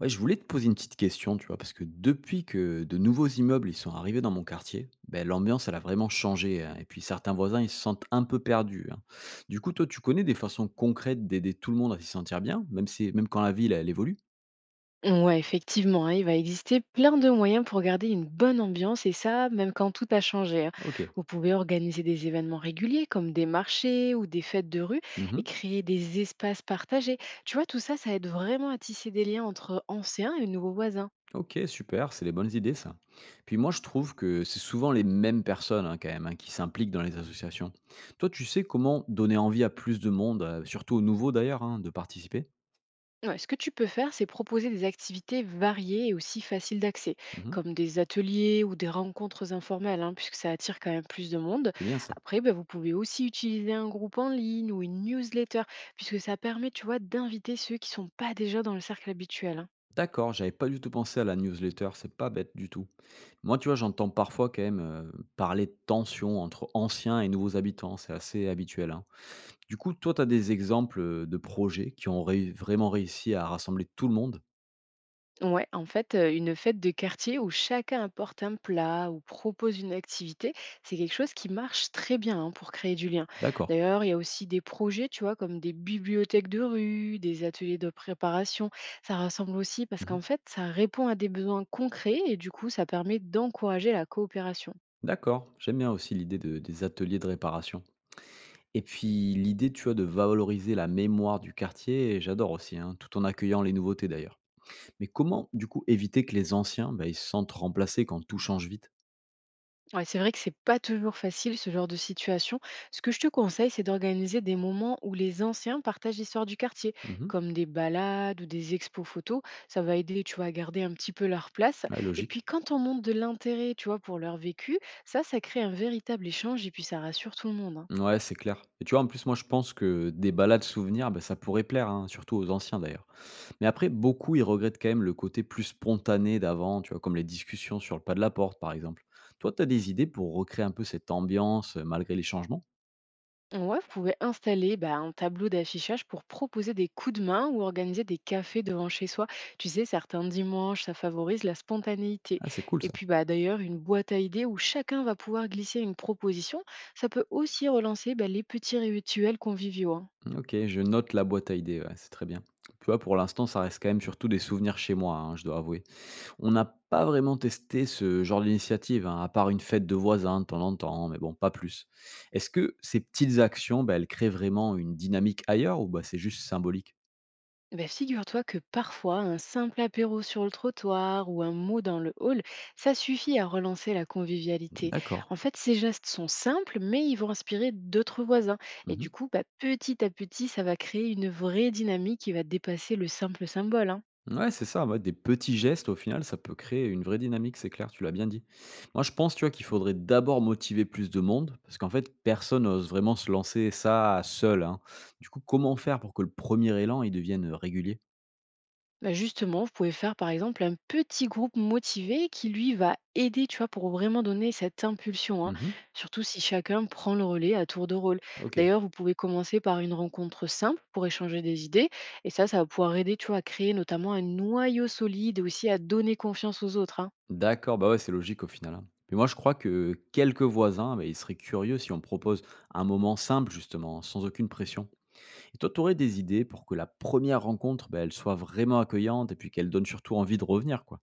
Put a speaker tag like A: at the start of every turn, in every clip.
A: Ouais, je voulais te poser une petite question, tu vois, parce que depuis que de nouveaux immeubles ils sont arrivés dans mon quartier, ben, l'ambiance elle a vraiment changé, hein, et puis certains voisins ils se sentent un peu perdus, hein. Du coup, toi, tu connais des façons concrètes d'aider tout le monde à s'y sentir bien, même si même quand la ville elle évolue.
B: Ouais, effectivement, hein, il va exister plein de moyens pour garder une bonne ambiance et ça, même quand tout a changé, hein.
A: Ok.
B: Vous pouvez organiser des événements réguliers comme des marchés ou des fêtes de rue et
A: Mhm.
B: créer des espaces partagés. Tu vois, tout ça, ça aide vraiment à tisser des liens entre anciens et nouveaux voisins.
A: Ok, super, c'est les bonnes idées ça. Puis moi, je trouve que c'est souvent les mêmes personnes hein, quand même hein, qui s'impliquent dans les associations. Toi, tu sais comment donner envie à plus de monde, surtout aux nouveaux d'ailleurs, hein, de participer.
B: Ouais, ce que tu peux faire, c'est proposer des activités variées et aussi faciles d'accès,
A: Mhm.
B: comme des ateliers ou des rencontres informelles, hein, puisque ça attire quand même plus de monde.
A: C'est bien ça.
B: Après, ben, vous pouvez aussi utiliser un groupe en ligne ou une newsletter, puisque ça permet, tu vois, d'inviter ceux qui sont pas déjà dans le cercle habituel, hein.
A: D'accord, j'avais pas du tout pensé à la newsletter, c'est pas bête du tout. Moi, tu vois, j'entends parfois quand même parler de tensions entre anciens et nouveaux habitants, c'est assez habituel, hein. Du coup, toi, tu as des exemples de projets vraiment réussi à rassembler tout le monde.
B: Ouais, en fait, une fête de quartier où chacun apporte un plat ou propose une activité, c'est quelque chose qui marche très bien, hein, pour créer du lien.
A: D'accord.
B: D'ailleurs, il y a aussi des projets, tu vois, comme des bibliothèques de rue, des ateliers de préparation. Ça rassemble aussi parce
A: Mhm.
B: qu'en fait, ça répond à des besoins concrets et du coup, ça permet d'encourager la coopération.
A: D'accord, j'aime bien aussi des ateliers de réparation. Et puis l'idée, tu vois, de valoriser la mémoire du quartier, j'adore aussi, hein, tout en accueillant les nouveautés d'ailleurs. Mais comment, du coup, éviter que les anciens, bah, ils se sentent remplacés quand tout change vite?
B: Ouais, c'est vrai que c'est pas toujours facile ce genre de situation. Ce que je te conseille, c'est d'organiser des moments où les anciens partagent l'histoire du quartier,
A: Mhm.
B: comme des balades ou des expos photos. Ça va aider, tu vois, à garder un petit peu leur place.
A: Ouais,
B: Et
A: logique.
B: puis quand on montre de l'intérêt, tu vois, pour leur vécu, ça crée un véritable échange et puis ça rassure tout le monde, hein.
A: Ouais, c'est clair. Et tu vois, en plus, moi, je pense que des balades souvenirs, ben, ça pourrait plaire, hein, surtout aux anciens d'ailleurs. Mais après, beaucoup, ils regrettent quand même le côté plus spontané d'avant, tu vois, comme les discussions sur le pas de la porte, par exemple. Toi, tu as des idées pour recréer un peu cette ambiance malgré les changements?
B: Ouais, vous pouvez installer, bah, un tableau d'affichage pour proposer des coups de main ou organiser des cafés devant chez soi. Tu sais, certains dimanches, ça favorise la spontanéité.
A: Ah, c'est cool
B: Et
A: ça.
B: puis bah, d'ailleurs, une boîte à idées où chacun va pouvoir glisser une proposition, ça peut aussi relancer, bah, les petits rituels conviviaux, hein.
A: Ok, je note la boîte à idées, ouais, c'est très bien. Tu vois, pour l'instant, ça reste quand même surtout des souvenirs chez moi, hein, je dois avouer. On n'a pas vraiment testé ce genre d'initiative, hein, à part une fête de voisins de temps en temps, mais bon, pas plus. Est-ce que ces petites actions, bah, elles créent vraiment une dynamique ailleurs ou bah, c'est juste symbolique?
B: Eh ben, figure-toi que parfois, un simple apéro sur le trottoir ou un mot dans le hall, ça suffit à relancer la convivialité.
A: D'accord.
B: En fait, ces gestes sont simples, mais ils vont inspirer d'autres voisins. Et
A: Mmh.
B: du coup, bah, petit à petit, ça va créer une vraie dynamique qui va dépasser le simple symbole, hein.
A: Ouais, c'est ça, ouais, des petits gestes, au final, ça peut créer une vraie dynamique, c'est clair, tu l'as bien dit. Moi, je pense, tu vois, qu'il faudrait d'abord motiver plus de monde, parce qu'en fait, personne n'ose vraiment se lancer ça seul, hein. Du coup, comment faire pour que le premier élan, il devienne régulier?
B: Bah, justement, vous pouvez faire par exemple un petit groupe motivé qui lui va aider, tu vois, pour vraiment donner cette impulsion, hein,
A: Mhm.
B: surtout si chacun prend le relais à tour de rôle.
A: OK.
B: D'ailleurs, vous pouvez commencer par une rencontre simple pour échanger des idées, et ça va pouvoir aider, tu vois, à créer notamment un noyau solide et aussi à donner confiance aux autres, hein.
A: D'accord, bah, ouais, c'est logique au final, hein. Mais moi, je crois que quelques voisins, bah, ils seraient curieux si on propose un moment simple, justement, sans aucune pression. Et toi, t'aurais des idées pour que la première rencontre, bah, elle soit vraiment accueillante et puis qu'elle donne surtout envie de revenir, quoi.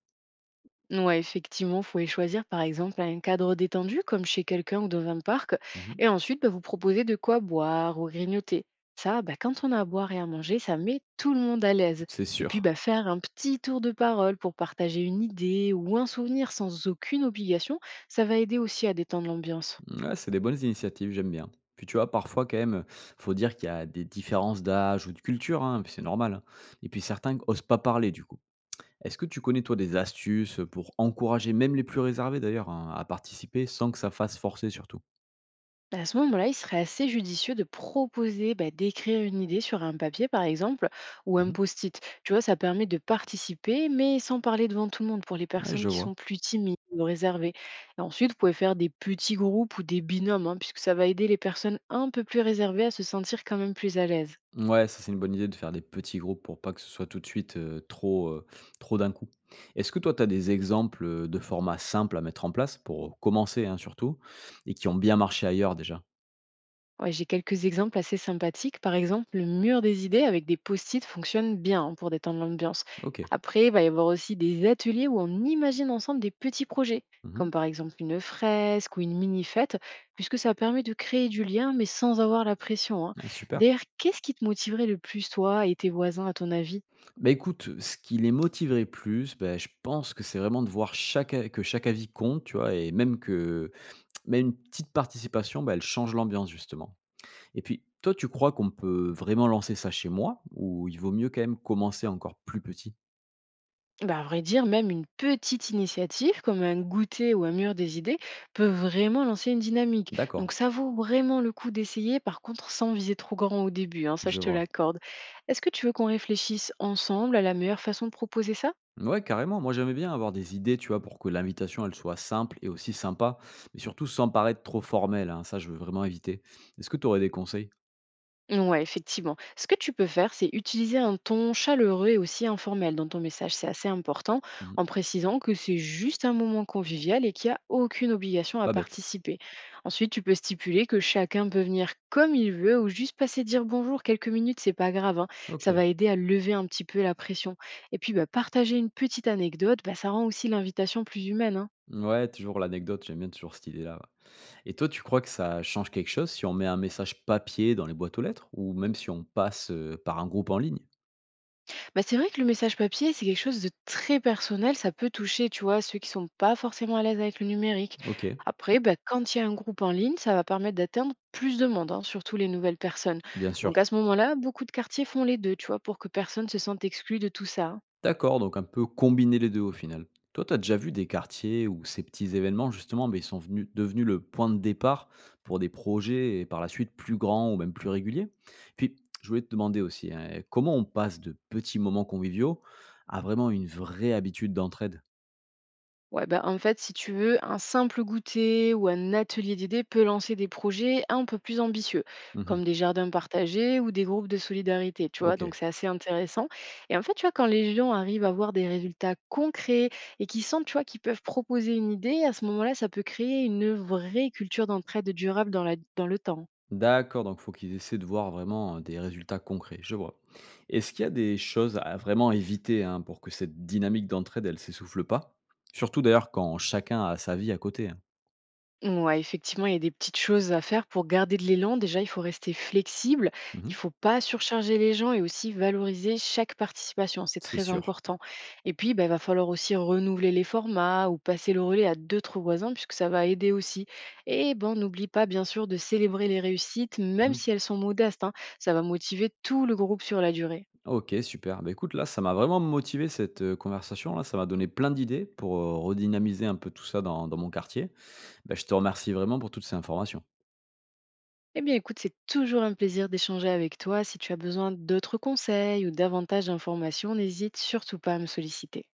B: Ouais, effectivement, faut les choisir par exemple à un cadre détendu, comme chez quelqu'un ou dans un parc,
A: Mhm.
B: et ensuite bah, vous proposer de quoi boire ou grignoter. Ça, bah, quand on a à boire et à manger, ça met tout le monde à l'aise.
A: C'est
B: Et puis
A: sûr.
B: bah, faire un petit tour de parole pour partager une idée ou un souvenir sans aucune obligation, ça va aider aussi à détendre l'ambiance.
A: Ouais, c'est des bonnes initiatives, j'aime bien. Puis tu vois, parfois, quand même, faut dire qu'il y a des différences d'âge ou de culture, hein, puis c'est normal, hein. Et puis certains osent pas parler, du coup. Est-ce que tu connais, toi, des astuces pour encourager même les plus réservés, d'ailleurs, hein, à participer sans que ça fasse forcer, surtout?
B: Bah, à ce moment-là, il serait assez judicieux de proposer, bah, d'écrire une idée sur un papier, par exemple, ou un
A: Mmh.
B: post-it. Tu vois, ça permet de participer, mais sans parler devant tout le monde pour les
A: Ouais,
B: personnes
A: je
B: qui
A: vois.
B: sont plus timides ou réservées. Et ensuite, vous pouvez faire des petits groupes ou des binômes, hein, puisque ça va aider les personnes un peu plus réservées à se sentir quand même plus à l'aise.
A: Ouais, ça, c'est une bonne idée de faire des petits groupes pour pas que ce soit tout de suite, trop, trop d'un coup. Est-ce que toi, tu as des exemples, de formats simples à mettre en place pour commencer, hein, surtout, et qui ont bien marché ailleurs déjà?
B: Ouais, j'ai quelques exemples assez sympathiques. Par exemple, le mur des idées avec des post-it fonctionne bien, hein, pour détendre l'ambiance.
A: OK.
B: Après, il va y avoir aussi des ateliers où on imagine ensemble des petits projets,
A: Mmh.
B: comme par exemple une fresque ou une mini-fête, puisque ça permet de créer du lien, mais sans avoir la pression, hein.
A: Ah super.
B: D'ailleurs, qu'est-ce qui te motiverait le plus, toi et tes voisins, à ton avis?
A: Bah, écoute, ce qui les motiverait plus, bah, je pense que c'est vraiment de voir chaque a que chaque avis compte, tu vois? Et même que même une petite participation, bah, elle change l'ambiance justement. Et puis, toi, tu crois qu'on peut vraiment lancer ça chez moi ou il vaut mieux quand même commencer encore plus petit?
B: Bah, à vrai dire, même une petite initiative comme un goûter ou un mur des idées peut vraiment lancer une dynamique. Donc
A: D'accord,
B: ça vaut vraiment le coup d'essayer, par contre sans viser trop grand au début, hein, ça je
A: je
B: te
A: vois.
B: l'accorde. Est-ce que tu veux qu'on réfléchisse ensemble à la meilleure façon de proposer ça?
A: Ouais, carrément. Moi, j'aimais bien avoir des idées, tu vois, pour que l'invitation, elle soit simple et aussi sympa, mais surtout sans paraître trop formelle, hein. Ça, je veux vraiment éviter. Est-ce que tu aurais des conseils?
B: Ouais, effectivement. Ce que tu peux faire, c'est utiliser un ton chaleureux et aussi informel dans ton message. C'est assez important
A: Mhm.
B: en précisant que c'est juste un moment convivial et qu'il n'y a aucune obligation à
A: Pas bête.
B: participer. Ensuite, tu peux stipuler que chacun peut venir comme il veut ou juste passer dire bonjour quelques minutes, c'est pas grave, hein. Ça
A: Ok.
B: va aider à lever un petit peu la pression. Et puis, bah, partager une petite anecdote, bah, ça rend aussi l'invitation plus humaine, hein.
A: Ouais, toujours l'anecdote. J'aime bien toujours cette idée-là, ouais. Et toi, tu crois que ça change quelque chose si on met un message papier dans les boîtes aux lettres ou même si on passe par un groupe en ligne?
B: Bah, c'est vrai que le message papier, c'est quelque chose de très personnel. Ça peut toucher, tu vois, ceux qui sont pas forcément à l'aise avec le numérique.
A: Ok,
B: Après, bah, quand il y a un groupe en ligne, ça va permettre d'atteindre plus de monde, hein, surtout les nouvelles personnes.
A: bien
B: Donc
A: sûr.
B: à ce moment-là, beaucoup de quartiers font les deux, tu vois, pour que personne se sente exclu de tout ça, hein.
A: D'accord, donc un peu combiner les 2 au final. Toi, tu as déjà vu des quartiers où ces petits événements justement, beh, ils sont venus devenus le point de départ pour des projets et par la suite plus grands ou même plus réguliers? Puis, je voulais te demander aussi, hein, comment on passe de petits moments conviviaux à vraiment une vraie habitude d'entraide?
B: Ouais, bah, en fait, si tu veux, un simple goûter ou un atelier d'idées peut lancer des projets un peu plus ambitieux,
A: Mmh.
B: comme des jardins partagés ou des groupes de solidarité, tu vois.
A: OK.
B: Donc, c'est assez intéressant. Et en fait, tu vois, quand les gens arrivent à voir des résultats concrets et qui sentent, tu vois, qu'ils peuvent proposer une idée, à ce moment-là, ça peut créer une vraie culture d'entraide durable dans le temps.
A: D'accord, donc il faut qu'ils essaient de voir vraiment, hein, des résultats concrets, je vois. Est-ce qu'il y a des choses à vraiment éviter, hein, pour que cette dynamique d'entraide, elle s'essouffle pas? Surtout d'ailleurs quand chacun a sa vie à côté, hein.
B: Ouais, effectivement, il y a des petites choses à faire pour garder de l'élan. Déjà, il faut rester flexible,
A: Mmh.
B: il faut pas surcharger les gens et aussi valoriser chaque participation, c'est
A: C'est
B: très
A: sûr.
B: important. Et puis, bah, il va falloir aussi renouveler les formats ou passer le relais à d'autres voisins puisque ça va aider aussi. Et ben, n'oublie pas bien sûr de célébrer les réussites, même
A: Mmh.
B: si elles sont modestes, hein. Ça va motiver tout le groupe sur la durée.
A: OK, super. Bah, écoute, là, ça m'a vraiment motivé cette, conversation, là. Ça m'a donné plein d'idées pour, redynamiser un peu tout ça dans mon quartier. Bah, je te remercie vraiment pour toutes ces informations.
B: Eh bien, écoute, c'est toujours un plaisir d'échanger avec toi. Si tu as besoin d'autres conseils ou davantage d'informations, n'hésite surtout pas à me solliciter.